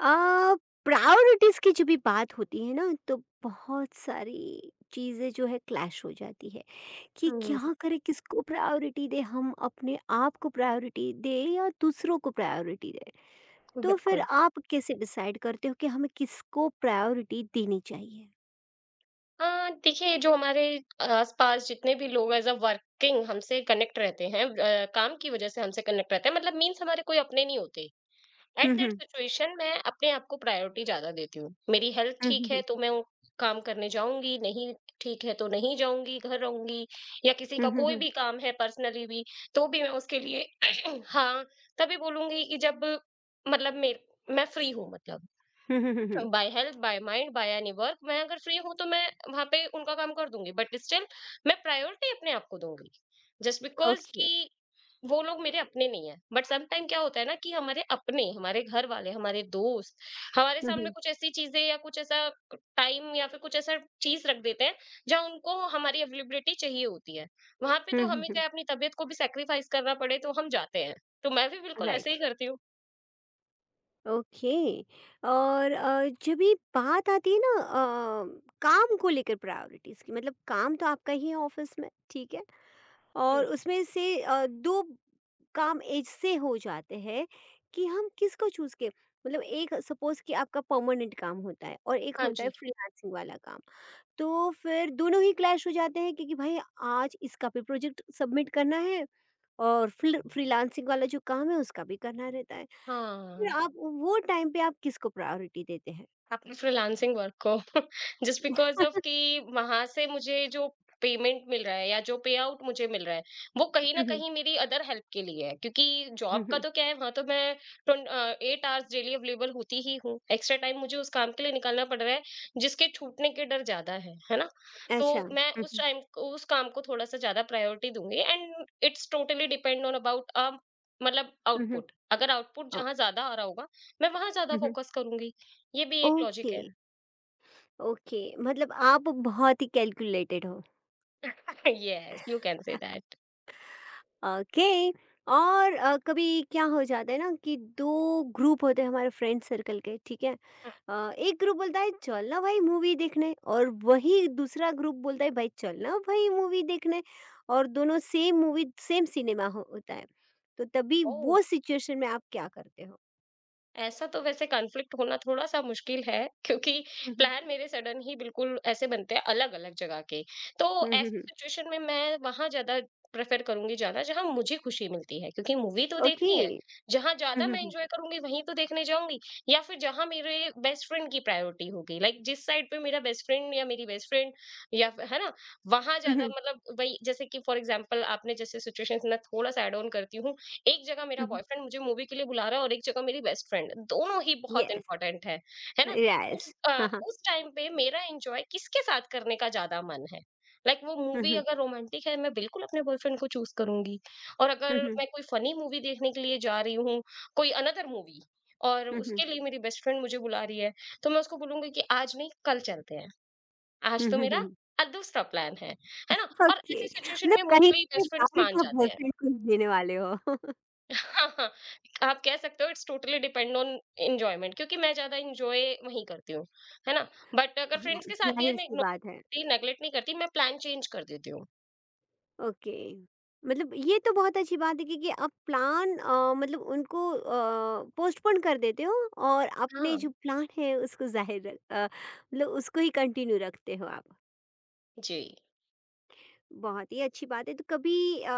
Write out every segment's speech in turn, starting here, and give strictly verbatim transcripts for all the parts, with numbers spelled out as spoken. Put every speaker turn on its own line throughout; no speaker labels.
आ, priorities की जो भी बात होती है ना, तो बहुत सारी चीज़ें जो है क्लैश हो जाती है कि
हुँ,
क्या करें, किसको प्रायोरिटी दे, हम अपने आप को प्रायोरिटी दे या दूसरों को प्रायोरिटी दे। तो फिर
बिल्कुल।
आप कैसे डिसाइड करते हो कि हमें किसको प्रायोरिटी देनी चाहिए?
अ, देखिए जो हमारे आस-पास जितने भी लोग एज़ अ वर्किंग हमसे कनेक्ट रहते हैं अ, काम की वज़ह से हमसे कनेक्ट रहते हैं मतलब मीन्स हमारे कोई अपने नहीं होते।
Hmm
at that
hmm
situation मैं अपने आप को प्रायोरिटी ज़्यादा देती हूँ। मेरी हेल्थ ठीक है
हम्म
तो मैं वो काम करने जाऊँगी, नहीं ठीक है तो नहीं जाऊँगी, घर रहूँगी या किसी का
हम्म हम्म।
कोई
हम्म
भी काम है पर्सनली भी, तो भी मैं उसके लिए हाँ, तभी बोलूँगी कि जब मतलब मेर मैं फ्री हूँ मतलब।
Hmm hmm hmm hmm.
By health, by mind, by any work मैं अगर फ्री हूँ तो मैं वहाँ पे उनका काम कर दूँगी, बट स्टिल मैं प्रायोरिटी अपने आप को दूँगी। Just because
okay.
कि वो लोग मेरे अपने नहीं हैं। बट सम टाइम क्या होता है ना कि हमारे अपने, हमारे घर वाले, हमारे दोस्त, हमारे
हम्म
सामने
हम्म
कुछ ऐसी चीज़ें या कुछ ऐसा टाइम या फिर कुछ ऐसा चीज़ रख देते हैं, जहाँ उनको हमारी अवेलेबिलिटी चाहिए होती है। वहाँ पे
हम्म
तो
हम्म
हमें
हम्म।
चाहे अपनी तबीयत को भी सैक्रिफाइस करना पड़े तो हम जाते हैं। तो मैं भी बिल्कुल ऐसे ही
राइट।
करती हूँ।
ओके। और अ, जब ये बात आती है ना, अ, काम को लेकर प्रायोरिटीज की, मतलब काम तो आपका ही है ऑफिस में, ठीक है। और
हुँ।
उसमें से अ, दो काम ऐसे हो जाते हैं कि हम किसको चूज के, मतलब एक सपोज कि आपका परमानेंट काम होता है और एक
हाँ
होता है
जी।
फ्रीलांसिंग वाला काम। तो फिर दोनों ही क्लैश हो जाते हैं क्योंकि भाई, आज इसका भी प्रोजेक्ट सबमिट करना है और फ्रीलांसिंग वाला जो काम है उसका भी करना रहता है। फिर
हाँ।
आप वो टाइम पे आप किसको प्रायोरिटी देते हैं?
अपने फ्रीलांसिंग वर्क को जस्ट बिकॉज़ ऑफ कि वहाँ से मुझे जो पेमेंट मिल रहा है या जो पेआउट मुझे मिल रहा है, वो कहीं न
हुँ, हुँ।
कहीं मेरी अदर हेल्प के लिए है क्योंकि
हुँ,
जॉब का
हुँ।
तो क्या है वहाँ तो मैं twenty uh, eight hours daily available होती ही हूँ। एक्स्ट्रा टाइम मुझे उस काम के लिए निकालना पड़ रहा है, जिसके छूटने के डर ज़्यादा है, है ना?
अच्छा।
तो मैं
हुँ,
उस
हुँ।
टाइम को उस काम को थोड़ा-सा ज़्यादा प्रायोरिटी दूँगी and it's totally depend on about uh, मतलब
हुँ, हुँ।
आउटपुट। अगर आउटपुट
अ,
जहाँ ज़्यादा आ रहा होगा, मैं वहाँ ज़्यादा
हुँ, हुँ।
फ़ोकस करूँगी। ये भी एक लॉजिक
ओके,
है।
ओके, मतलब आप बहुत ही कैलकुलेटेड हो।
Yes you can say that.
Okay. और अ, कभी क्या हो जाता है ना कि दो ग्रुप होते हैं हमारे फ्रेंड सर्कल के, ठीक है। अ, एक ग्रुप बोलता है चल ना भाई मूवी देखने और वही दूसरा ग्रुप बोलता है भाई चल ना भाई मूवी देखने, और दोनों सेम मूवी सेम सिनेमा हो, होता है। तो तभी
ओह,
वो सिचुएशन में आप क्या करते हो?
ऐसा तो वैसे कॉन्फ्लिक्ट होना थोड़ा-सा मुश्किल है क्योंकि
हम्म,
प्लान मेरे सडन ही बिल्कुल ऐसे बनते हैं अलग-अलग जगह के। तो
हम्म, हम्म,
ऐसी
हम्म।
सिचुएशन में मैं वहाँ ज़्यादा प्रेफ़र करूँगी जाना जहाँ मुझे खुशी मिलती है क्योंकि मूवी तो
ओके।
देखनी है। जहाँ ज़्यादा
हम्म,
मैं
हम्म,
एन्जॉय करूँगी वहीं तो देखने जाऊँगी या फिर जहाँ मेरे बेस्ट फ्रेंड की प्रायोरिटी होगी लाइक जिस साइड पे मेरा बेस्ट फ्रेंड या मेरी बेस्ट फ्रेंड या फ़िर है ना? वहाँ
हम्म,
ज़्यादा
हम्म,
मतलब वही जैसे कि फ़ॉर एग्ज़ाम्पल आपने जैसे सिचुएशंस मैं थोड़ा-सा ऐड ऑन करती हूँ। एक जगह मेरा
हम्म।
बॉयफ्रेंड मुझे मूवी के लिए बुला रहा है और एक जगह मेरी बेस्ट फ्रेंड, दोनों ही बहुत
यस।
इम्पोर्टेंट है, है ना?
यस।
उस अ,
हाँ, हाँ।
उस टाइम पे मेरा एन्जॉय किसके साथ करने का ज़्यादा मन है? लाइक like, वो
हम्म,
मूवी
हम्म,
अगर रोमांटिक है, मैं बिल्कुल अपने बॉयफ्रेंड को चूज़ करूँगी। और अगर
हम्म,
मैं कोई फनी मूवी देखने के लिए जा रही हूँ, कोई अनदर मूवी और
हम्म,
उसके लिए मेरी बेस्ट फ्रेंड मुझे बुला रही है, तो मैं उसको बोलूँगी कि आज नहीं, कल चलते हैं। आज
हम्म,
तो
हम्म,
मेरा
हम्म।
अ, दूसरा प्लान है, है ना? और
ओके,
ऐसी सिचुएशन में
मतलब कहीं
मोस्टली
पे
बेस्ट फ्रेंड्स
जाके
मान
आप
जाते हैं।
बॉयफ्रेंड को ही देने वाले हो।
हाँ, हाँ, आप कह सकते हो it's totally depend on enjoyment क्योंकि मैं ज़्यादा एन्जॉय वहीं करती हूँ, है ना? बट अगर
हाँ,
फ्रेंड्स के साथ भी है मैं
ज़ाहिर-सी
इग्नोर
बात है।
करती नेगलेक्ट नहीं करती, मैं प्लान चेंज कर देती हूँ।
ओके, मतलब ये तो बहुत अच्छी बात है क्योंकि आप प्लान अ, मतलब उनको अ, पोस्टपोन कर देते हो और अपने
हाँ,
जो प्लान है उसको ज़ाहिर रख अ, मतलब उसको ही कंटिन्यू रखते हो आप।
जी।
बहुत ही अच्छी बात है। तो कभी अ,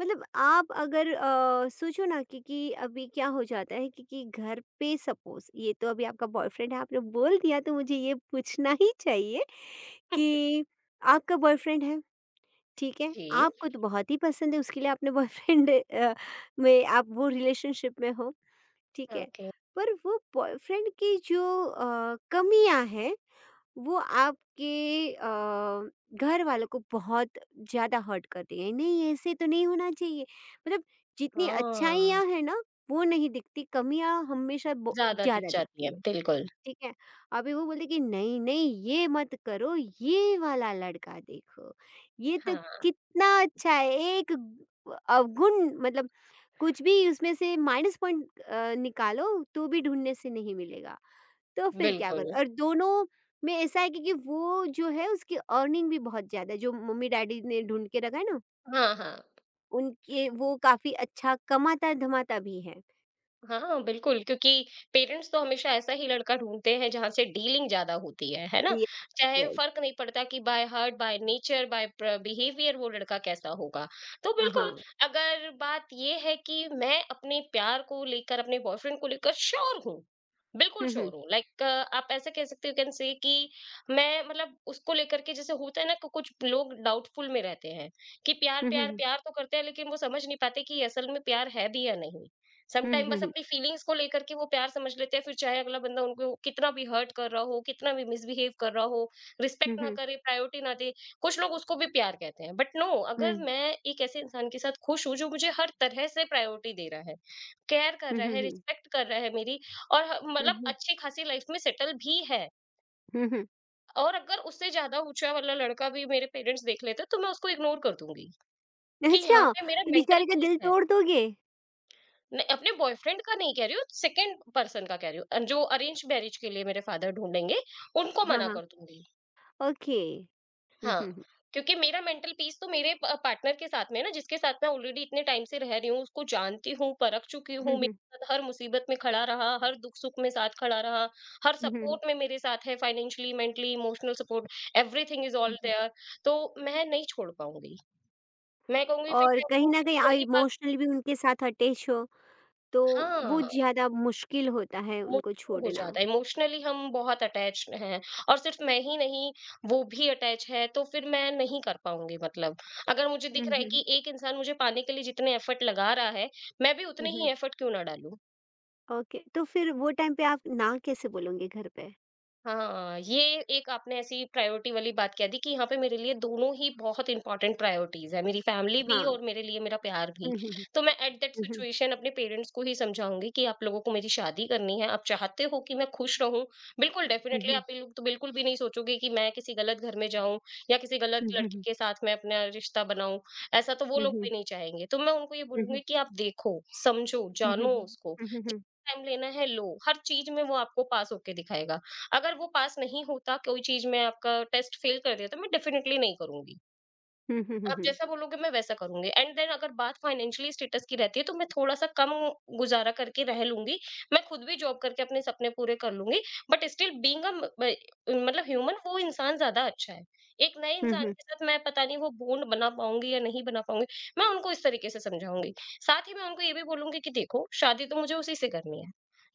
मतलब आप अगर अ, सोचो ना कि कि अभी क्या हो जाता है कि कि घर पे सपोज़, ये तो अभी आपका बॉयफ्रेंड है, आपने बोल दिया तो मुझे ये पूछना ही चाहिए कि आपका बॉयफ्रेंड है, ठीक है?
जी।
आपको तो बहुत ही पसंद है, उसके लिए आपने बॉयफ्रेंड अ, में आप वो रिलेशनशिप में हो, ठीक है?
ओके।
पर वो बॉयफ्रेंड की जो अ, कमियाँ हैं, वो आपके अ, घर वालों को बहुत ज़्यादा हर्ट करती है। नहीं, ऐसे तो नहीं होना चाहिए। मतलब जितनी
हाँ,
अच्छाइयाँ हैं ना, वो नहीं दिखती, कमियाँ हमेशा ब
ज़्यादा दिख
ज़्यादा
जाती
दिखती
है,
है,
बिल्कुल।
ठीक है? अभी वो बोलते कि नहीं, नहीं, ये मत करो, ये वाला लड़का देखो, ये तो
हाँ,
कितना अच्छा है, एक ग अवगुण, मतलब कुछ भी उसमें से माइनस पॉइंट अ, निकालो तो भी ढूँढने से नहीं मिलेगा। तो फिर क्या करूँ?
बिल्कुल।
और दोनों में ऐसा है कि कि वो जो है उसकी अर्निंग भी बहुत ज़्यादा है, जो मम्मी-डैडी ने ढूँढ के रखा है ना,
हाँ, हाँ।
उनके वो काफ़ी अच्छा कमाता-धमाता भी है।
हाँ, बिल्कुल क्योंकि पेरेंट्स तो हमेशा ऐसा ही लड़का ढूँढते हैं जहाँ से डीलिंग ज़्यादा होती है, है ना?
ये
चाहे
यस,
फ़र्क नहीं पड़ता कि by heart, by nature, by प्र बिहेवियर वो लड़का कैसा होगा। तो
हाँ,
बिल्कुल,
हाँ।
अगर बात ये है कि मैं अपने प्यार को लेकर, अपने बॉयफ्रेंड को लेकर श्योर हूँ, बिल्कुल
हुँ, हुँ।
श्योर हूँ। लाइक आप ऐसे कह सकते हो यू कैन से कि मैं मतलब उसको लेकर के जैसे होता है ना कि कुछ लोग डाउटफुल में रहते हैं कि प्यार,
हुँ, हुँ,
प्यार,
हुँ।
प्यार तो करते हैं लेकिन वो समझ नहीं पाते कि असल में प्यार है भी या नहीं।
हुँ,
समटाइम
हुँ,
बस
हुँ।
अपनी फीलिंग्स को लेकर के वो प्यार समझ लेते हैं फिर चाहे अगला बंदा उनको कितना भी हर्ट कर रहा हो कितना भी मिसबिहेव कर रहा हो
हुँ,
रिस्पेक्ट ना
हुँ।
करे प्रायोरिटी ना दे कुछ लोग उसको भी प्यार कहते हैं बट नो,
हुँ।
अगर मैं एक ऐसे इंसान के साथ खुश हूँ जो मुझे हर तरह से प्रायोरिटी दे रहा है केयर कर
हुँ,
रहा
हुँ,
है
हुँ।
रिस्पेक्ट कर रहा है मेरी और ह-
हुँ,
मतलब
हुँ।
अच्छी खासी लाइफ में सेटल भी है
हुँ, हुँ।
और अगर उससे ज्यादा ऊंचा वाला लड़का भी मेरे पेरेंट्स देख लेते तो मैं उसको इग्नोर कर दूंगी कि यहाँ
अच्छा!
पे मेरा
तो
मेंटल
बेचारे का
पीस
दिल
है।
तोड़ दोगे?
नहीं, अपने बॉयफ्रेंड का नहीं कह रही हूँ, सेकंड पर्सन का कह रही हूँ, जो अरेंज मैरिज के लिए मेरे फादर ढूंढेंगे उनको
हाँ,
मना
हाँ।
कर दूंगी।
ओके। हुँ,
हाँ,
हुँ, हुँ।
क्योंकि मेरा मेंटल पीस तो मेरे पार्टनर के साथ में है ना, जिसके साथ मैं ऑलरेडी इतने टाइम से रह रही हूँ, उसको जानती हूँ, परख चुकी
हुँ,
हूँ,
हुँ।
मेरे साथ हर मुसीबत में खड़ा रहा, हर दुख सुख में साथ खड़ा रहा, हर
हुँ, हुँ, हुँ।
सपोर्ट में मेरे साथ है, financially mentally emotional support, everything is all
hmm, hmm.
There. तो मैं नहीं छोड़ पाऊंगी। मैं कहूंगी फिर
और
चाहे
कहीं
तुम
न
फिर
कहीं
तो
आप
वही बात।
इमोशनली भी उनके साथ अटैच हो। तो वो
हाँ।
ज़्यादा मुश्किल होता है उनको
इमोशनल हो
छोड़ना।
जाता है, इमोशनली हम बहुत अटैच हैं और सिर्फ मैं ही नहीं, वो भी अटैच है तो फिर मैं नहीं कर पाऊँगी मतलब। अगर मुझे
हुँ,
दिख रहा है
हुँ,
कि एक इंसान मुझे पाने के लिए जितने एफर्ट लगा रहा है, मैं भी
हुँ,
उतने
हुँ।
ही एफर्ट क्यों ना डालूँ?
ओके, तो फिर वो टाइम पे आप ना कैसे बोलोगे घर पे?
हाँ, ये एक आपने ऐसी प्रायोरिटी वाली बात कह दी कि यहाँ पे मेरे लिए दोनों ही बहुत इंपॉर्टेंट प्रायोरिटीज है, मेरी फैमिली भी
हाँ।
और मेरे लिए मेरा प्यार भी।
हुँ, हुँ, हुँ,
तो मैं at that
hmm, hmm,
situation अपने पेरेंट्स को ही समझाऊंगी कि आप लोगों को मेरी शादी करनी है, आप चाहते हो कि मैं खुश रहूं, बिल्कुल
हुँ,
डेफिनेटली,
हुँ,
आप ये लोग तो बिल्कुल भी नहीं सोचोगे कि मैं किसी गलत घर में जाऊं या किसी गलत
हुँ,
लड़के
हुँ,
के साथ मैं अपना रिश्ता बनाऊं। ऐसा तो वो
हुँ, हुँ,
लोग
हुँ,
भी नहीं चाहेंगे, तो मैं उनको ये
हुँ,
बोलूंगी
हुँ,
कि आप देखो समझो
हुँ, हुँ, हुँ,
जानो उसको,
हुँ, हुँ, हुँ, हुँ,
टाइम लेना है लो, हर चीज में वो आपको पास होके दिखाएगा। अगर वो पास नहीं होता कोई चीज में आपका टेस्ट फेल कर दिया तो मैं डेफिनेटली नहीं करूंगी,
हुँ,
आप
हुँ,
जैसा बोलोगे मैं वैसा करूँगी। एंड देन अगर बात फाइनेंशियली स्टेटस की रहती है तो मैं थोड़ा-सा कम गुज़ारा करके रह लूँगी। मैं खुद भी जॉब करके अपने सपने पूरे कर लूँगी, बट स्टिल बीइंग अ म ब मतलब ह्यूमन वो इंसान ज़्यादा अच्छा है। एक नए
हुँ,
इंसान
हुँ,
के साथ मैं पता नहीं वो बॉन्ड बना पाऊँगी या नहीं बना पाऊँगी, मैं उनको इस तरीके से समझाऊँगी। साथ ही मैं उनको ये भी बोलूँगी कि देखो शादी तो मुझे उसी से करनी है।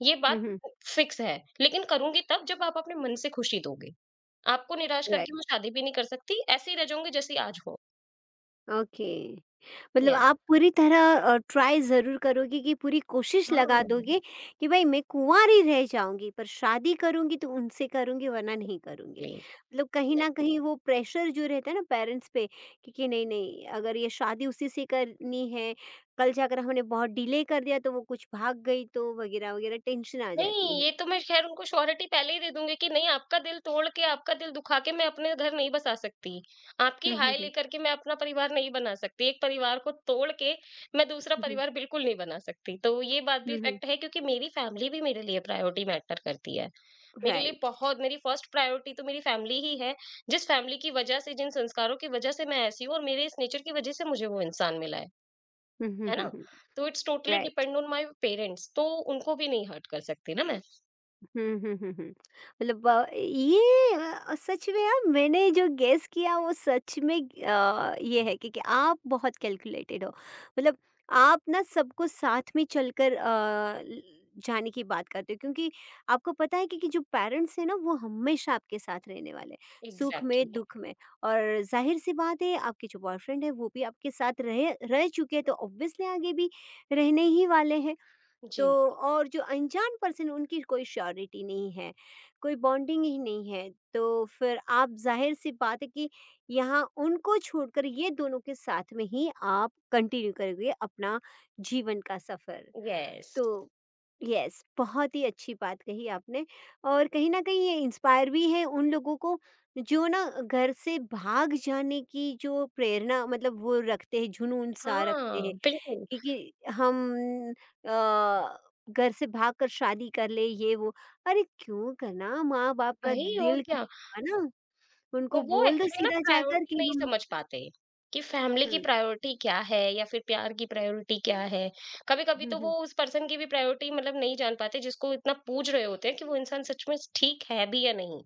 ये
हुँ,
बात
हुँ।
फिक्स है, लेकिन करूँगी तब जब आप अपने मन से खुशी दोगे। आपको निराश
राइट।
करके मैं शादी भी नहीं कर सकती, ऐसे ही रह जाऊँगी जैसी आज हूँ।
ओके, मतलब
यस।
आप पूरी तरह अ, ट्राई ज़रूर करोगे, कि पूरी कोशिश लगा
हाँ,
दोगे कि भाई मैं कुँवारी रह जाऊँगी पर शादी करूँगी तो उनसे करूँगी, वरना नहीं करूँगी।
ले
मतलब कहीं न
यस।
कहीं वो प्रेशर जो रहता है ना पेरेंट्स पे, कि कि नहीं, नहीं, अगर ये शादी उसी से करनी है, कल जाकर हमने बहुत डिले कर दिया तो वो कुछ भाग गई तो, वगैरह-वगैरह टेंशन आ जाती
नहीं,
है।
ये तो मैं ख़ैर उनको श्योरिटी पहले ही दे दूँगी कि नहीं आपका दिल तोड़ के, आपका दिल दुखा के मैं अपने घर नहीं बसा सकती। आपकी
हुँ, हुँ,
हाय
हुँ।
लेकर के मैं अपना परिवार नहीं बना सकती। एक परिवार को तोड़ के मैं दूसरा
हुँ, हुँ।
परिवार बिल्कुल नहीं बना सकती। तो ये बात भी
हुँ, हुँ।
फ़ैक्ट है क्योंकि मेरी फ़ैमिली भी मेरे लिए प्रायोरिटी मैटर करती है। मेरे लिए
राइट।
बहुत मेरी फर्स्ट प्रायोरिटी तो मेरी फ़ैमिली ही है। जिस फ़ैमिली की वज़ह से, जिन संस्कारों की वज़ह से मैं ऐसी हूँ और मेरे इस नेचर की वज़ह से मुझे वो इंसान मिला है।
हुँ, हुँ,
है ना?
हुँ, हुँ।
तो it's totally
right.
Depend on my parents, तो उनको भी नहीं हर्ट कर सकती ना मैं।
हुँ, हुँ, हुँ, हुँ। मतलब अ, ये अ, सच में यार, मैंने जो गेस किया वो सच में अ, ये है, क्योंकि आप बहुत कैलकुलेटेड हो। मतलब आप ना सबको साथ में चलकर अ, ल जाने की बात करते हो, क्योंकि आपको पता है कि कि जो पेरेंट्स हैं ना, वो हमेशा आपके साथ रहने वाले हैं, सुख में,
एग्ज़ैक्टली।
दुख में। और ज़ाहिर-सी बात है आपके जो बॉयफ्रेंड है वो भी आपके साथ रहे रह चुके हैं, तो ऑब्वियसली आगे भी रहने ही वाले हैं। तो
जी,
और जो अनजान पर्सन, उनकी कोई श्योरिटी नहीं है, कोई बॉन्डिंग ही नहीं है, तो फिर आप जाहिर सी बात है कि यहाँ उनको छोड़कर ये दोनों के साथ में ही आप कंटिन्यू करोगे अपना जीवन का सफ़र।
येस।
तो यस, बहुत ही अच्छी बात कही आपने। और कहीं ना कहीं ये इंस्पायर भी है उन लोगों को जो ना घर से भाग जाने की जो प्रेरणा, मतलब वो रखते हैं, जुनून सा रखते
हाँ,
हैं,
बिल्कुल,
क्योंकि हम अ, घर से भागकर शादी कर ले, ये वो, अरे क्यों करना माँ बाप का
वही और
दिल
क्या।
क्यों दुखा ना,
और
उनको
वो
बोल दो
एक्चुअली ना
सीधा जाकर
प्रायोरिटी
कि
नहीं
हम।
समझ पाते कि फैमिली की
हम्म
प्रायोरिटी क्या है या फिर प्यार की प्रायोरिटी क्या है। कभी-कभी
हम्म
तो वो
हम्म
उस पर्सन की भी प्रायोरिटी मतलब नहीं जान पाते जिसको इतना पूछ रहे होते हैं कि वो इंसान सच में ठीक है भी या नहीं।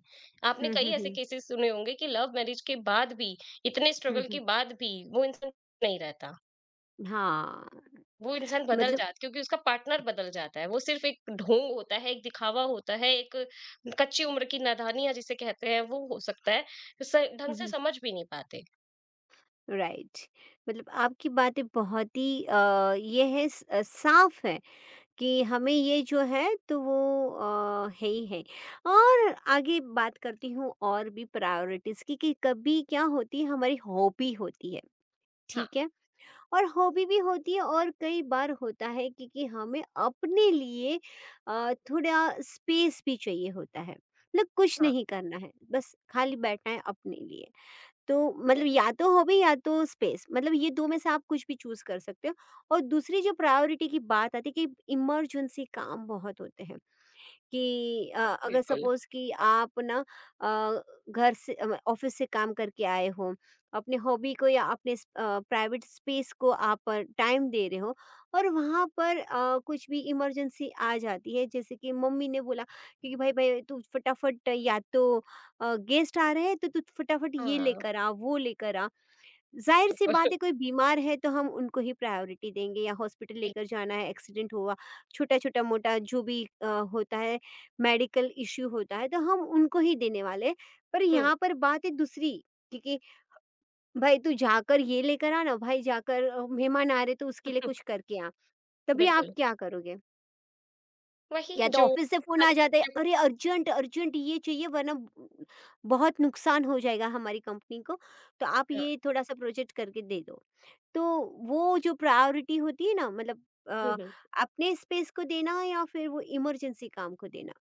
आपने
हम्म हम्म
कई ऐसे
हम्म,
केसेस सुने होंगे कि लव मैरिज के बाद भी, इतने
हम्म,
स्ट्रगल के
हम्म।"
बाद भी वो इंसान नहीं रहता।
हाँ।
वो इंसान बदल
मतलब
जाता है, क्योंकि उसका पार्टनर बदल जाता है, वो सिर्फ एक ढोंग होता है, एक दिखावा होता है, एक कच्ची उम्र की नादानियां जिसे कहते हैं वो हो सकता है। तो स- ढंग से
हम्म।
समझ भी नहीं पाते।
राइट, मतलब आपकी बातें बहुत ही अ, ये है स- अ, साफ है कि हमें ये जो है तो वो अ, है ही है। और आगे बात करती हूँ और भी प्रायोरिटीज़ की, कि कभी क्या होती है, हमारी हॉबी होती है,
हाँ
ठीक है। और हॉबी भी होती है, और कई बार होता है कि, कि हमें अपने लिए अ, थोड़ा स्पेस भी चाहिए होता है, मतलब कुछ
हाँ
नहीं करना है, बस खाली बैठना है अपने लिए। तो मतलब या तो हॉबी, या तो स्पेस, मतलब ये दो में से आप कुछ भी चूज़ कर सकते हो। और दूसरी जो प्रायोरिटी की बात आती है कि इमरजेंसी काम बहुत होते हैं। कि अ, अगर
बिल्कुल।
सपोज़ कि आप ना अ, घर से अ, ऑफ़िस से काम करके आए हो, अपने हॉबी को या अपने स अ, प्राइवेट स्पेस को आप अ, टाइम दे रहे हो, और वहाँ पर अ, कुछ भी इमरजेंसी आ जाती है, जैसे कि मम्मी ने बोला कि भाई भाई तू फटाफट, या तो अ, गेस्ट आ रहे हैं तो तू फटाफट ये
हाँ
लेकर आ, वो लेकर आ। ज़ाहिर-सी बात
और-
है कोई बीमार है तो हम उनको ही प्रायोरिटी देंगे, या हॉस्पिटल लेकर जाना है, एक्सीडेंट हुआ, छोटा-छोटा मोटा जो भी अ, होता है, मेडिकल इश्यू होता है, तो हम उनको ही देने वाले हैं। पर
हम्म।
यहाँ पर बात है दूसरी, क्योंकि भाई तू जाकर ये लेकर आ ना, भाई जाकर अ, मेहमान आ रहे तो उसके लिए कुछ करके आ, तभी आप
बिल्कुल
क्या करोगे?
वही
या तो
जो
ऑफिस से फ़ोन
हर
आ जाता है,
बच्चे को।
"अरे अर्जेंट, अर्जेंट ये चाहिए वरना ब बहुत नुकसान हो जाएगा हमारी कंपनी को, तो आप
हाँ,
ये थोड़ा-सा प्रोजेक्ट करके दे दो।" तो वो जो प्रायोरिटी होती है ना, मतलब अ,
हम्म, हम्म।
अपने स्पेस को देना या फिर वो इमरजेंसी काम को देना।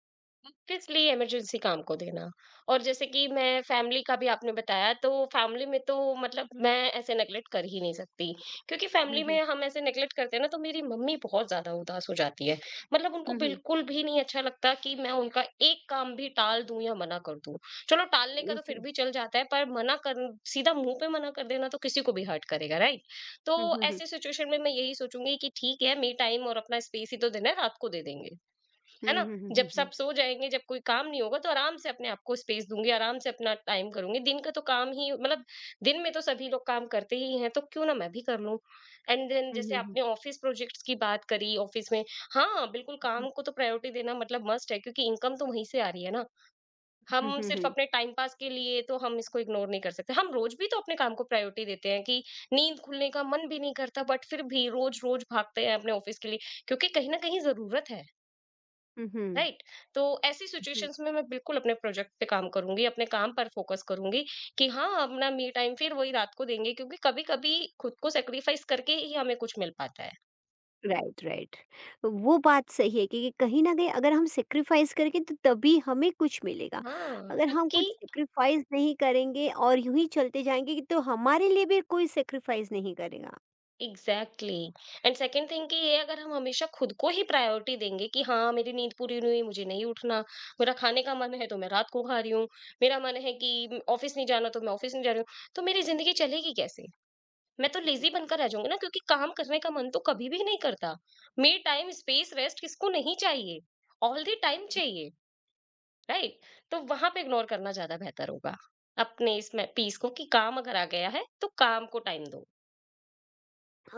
ऑब्वियसली इमरजेंसी काम को देना। और जैसे कि मैं फैमिली का भी आपने बताया तो फैमिली में तो मतलब मैं ऐसे नेगलेक्ट कर ही नहीं सकती क्योंकि
हुँ,
फैमिली में
हुँ।
हम ऐसे नेगलेक्ट करते हैं ना तो मेरी मम्मी बहुत ज्यादा उदास हो जाती है। मतलब उनको
हुँ, हुँ।
बिल्कुल भी नहीं अच्छा लगता कि मैं उनका एक काम भी टाल दूं या मना कर दूं। चलो टालने का तो फिर
अच्छा।
भी चल जाता है, पर मना कर, सीधा मुंह पे मना कर देना तो किसी को भी हर्ट करेगा, राइट। तो
हुँ, हुँ, हुँ।
ऐसे सिचुएशन में मैं यही सोचूंगी कि ठीक है मी टाइम और अपना स्पेस ही तो देना है, रात को दे देंगे।
हुँ,
है ना?
हुँ, हुँ,
जब
हुँ,
सब
हुँ।
सो जाएँगे, जब कोई काम नहीं होगा तो आराम से अपने आप को स्पेस दूँगी, आराम से अपना टाइम करूँगी। दिन का तो काम ही मतलब दिन में तो सभी लोग काम करते ही हैं, तो क्यों ना मैं भी कर लूँ? एंड देन
हुँ,
जैसे
हुँ, हुँ।
आपने ऑफ़िस प्रोजेक्ट्स की बात करी ऑफ़िस में, हाँ, बिल्कुल काम को तो प्रायोरिटी देना मतलब मस्ट है क्योंकि इनकम तो वहीं से आ रही है ना।
हुँ,
हम
हुँ,
सिर्फ़
हुँ।
अपने टाइम पास के लिए तो हम इसको इग्नोर नहीं कर सकते। हम रोज़ भी तो अपने काम को प्रायोरिटी देते हैं कि नींद खुलने का मन भी नहीं करता बट फिर भी रोज़-रोज़ भागते हैं अपने ऑफ़िस के लिए क्योंकि कहीं न कहीं ज़रूरत है।
हुँ, हुँ।
राइट। तो ऐसी
हुँ।
सिचुएशंस में मैं बिल्कुल अपने प्रोजेक्ट पे काम करूंगी, अपने काम पर फोकस करूंगी कि हाँ अपना मी टाइम फिर वही रात को देंगे क्योंकि कभी कभी खुद को सेक्रीफाइस करके ही हमें कुछ मिल पाता है।
Right, right. तो वो बात सही है कि कहीं ना कहीं, अगर हम सेक्रीफाइस करके तो तभी हमें कुछ मिलेगा।
हाँ,
अगर हम
क्योंकि
कुछ सेक्रीफाइस नहीं करेंगे और यूं ही चलते जाएंगे तो हमारे लिए भी कोई सेक्रीफाइस नहीं करेगा।
एग्जैक्टली एंड सेकेंड थिंग कि ये अगर हम हमेशा खुद को ही प्रायोरिटी देंगे कि हाँ मेरी नींद पूरी नहीं हुई मुझे नहीं उठना, मेरा खाने का मन है तो मैं रात को खा रही हूँ, मेरा मन है कि ऑफिस नहीं जाना तो मैं ऑफिस नहीं जा रही हूँ, तो मेरी जिंदगी चलेगी कैसे? मैं तो
हम्म,
लेज़ी बनकर रह जाऊँगी ना, क्योंकि काम करने का मन तो कभी भी नहीं करता। मी टाइम, स्पेस, रेस्ट किसको नहीं चाहिए? All the time
hmm.
चाहिए, राइट? तो वहाँ पे इग्नोर करना ज़्यादा बेहतर होगा, अपने इसमें पीस को, कि काम अगर आ गया है, तो काम को टाइम दो।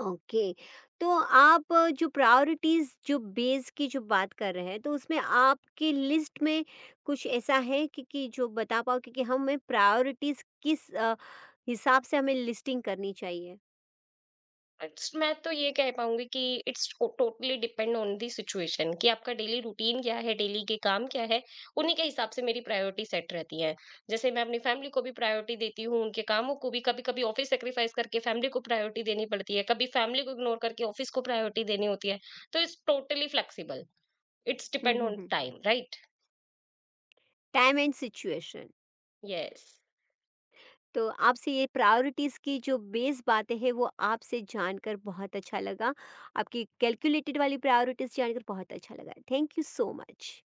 ओके, तो आप अ, जो प्रायोरिटीज जो बेस की जो बात कर रहे हैं, तो उसमें आपकी लिस्ट में कुछ ऐसा है कि, कि जो बता पाओ कि, कि हमें प्रायोरिटीज किस अ, हिसाब से हमें लिस्टिंग करनी चाहिए?
इट्स मैं तो ये कह पाऊँगी कि it's totally depend on the situation कि आपका डेली रूटीन क्या है, डेली के काम क्या है, उन्हीं के हिसाब से मेरी प्रायोरिटी सेट रहती है। जैसे मैं अपनी फैमिली को भी प्रायोरिटी देती हूँ, उनके कामों को भी, कभी-कभी ऑफ़िस सैक्रिफ़ाइस करके फैमिली को प्रायोरिटी देनी पड़ती है, कभी फैमिली को इग्नोर करके ऑफ़िस को प्रायोरिटी देनी होती है। तो it's totally flexible, it's depend on time, right?
Time and situation.
Yes.
तो आपसे ये प्रायोरिटीज़ की जो बेस बातें हैं वो आपसे जानकर बहुत अच्छा लगा। आपकी कैलकुलेटेड वाली प्रायोरिटीज़ जानकर बहुत अच्छा लगा। Thank you so much.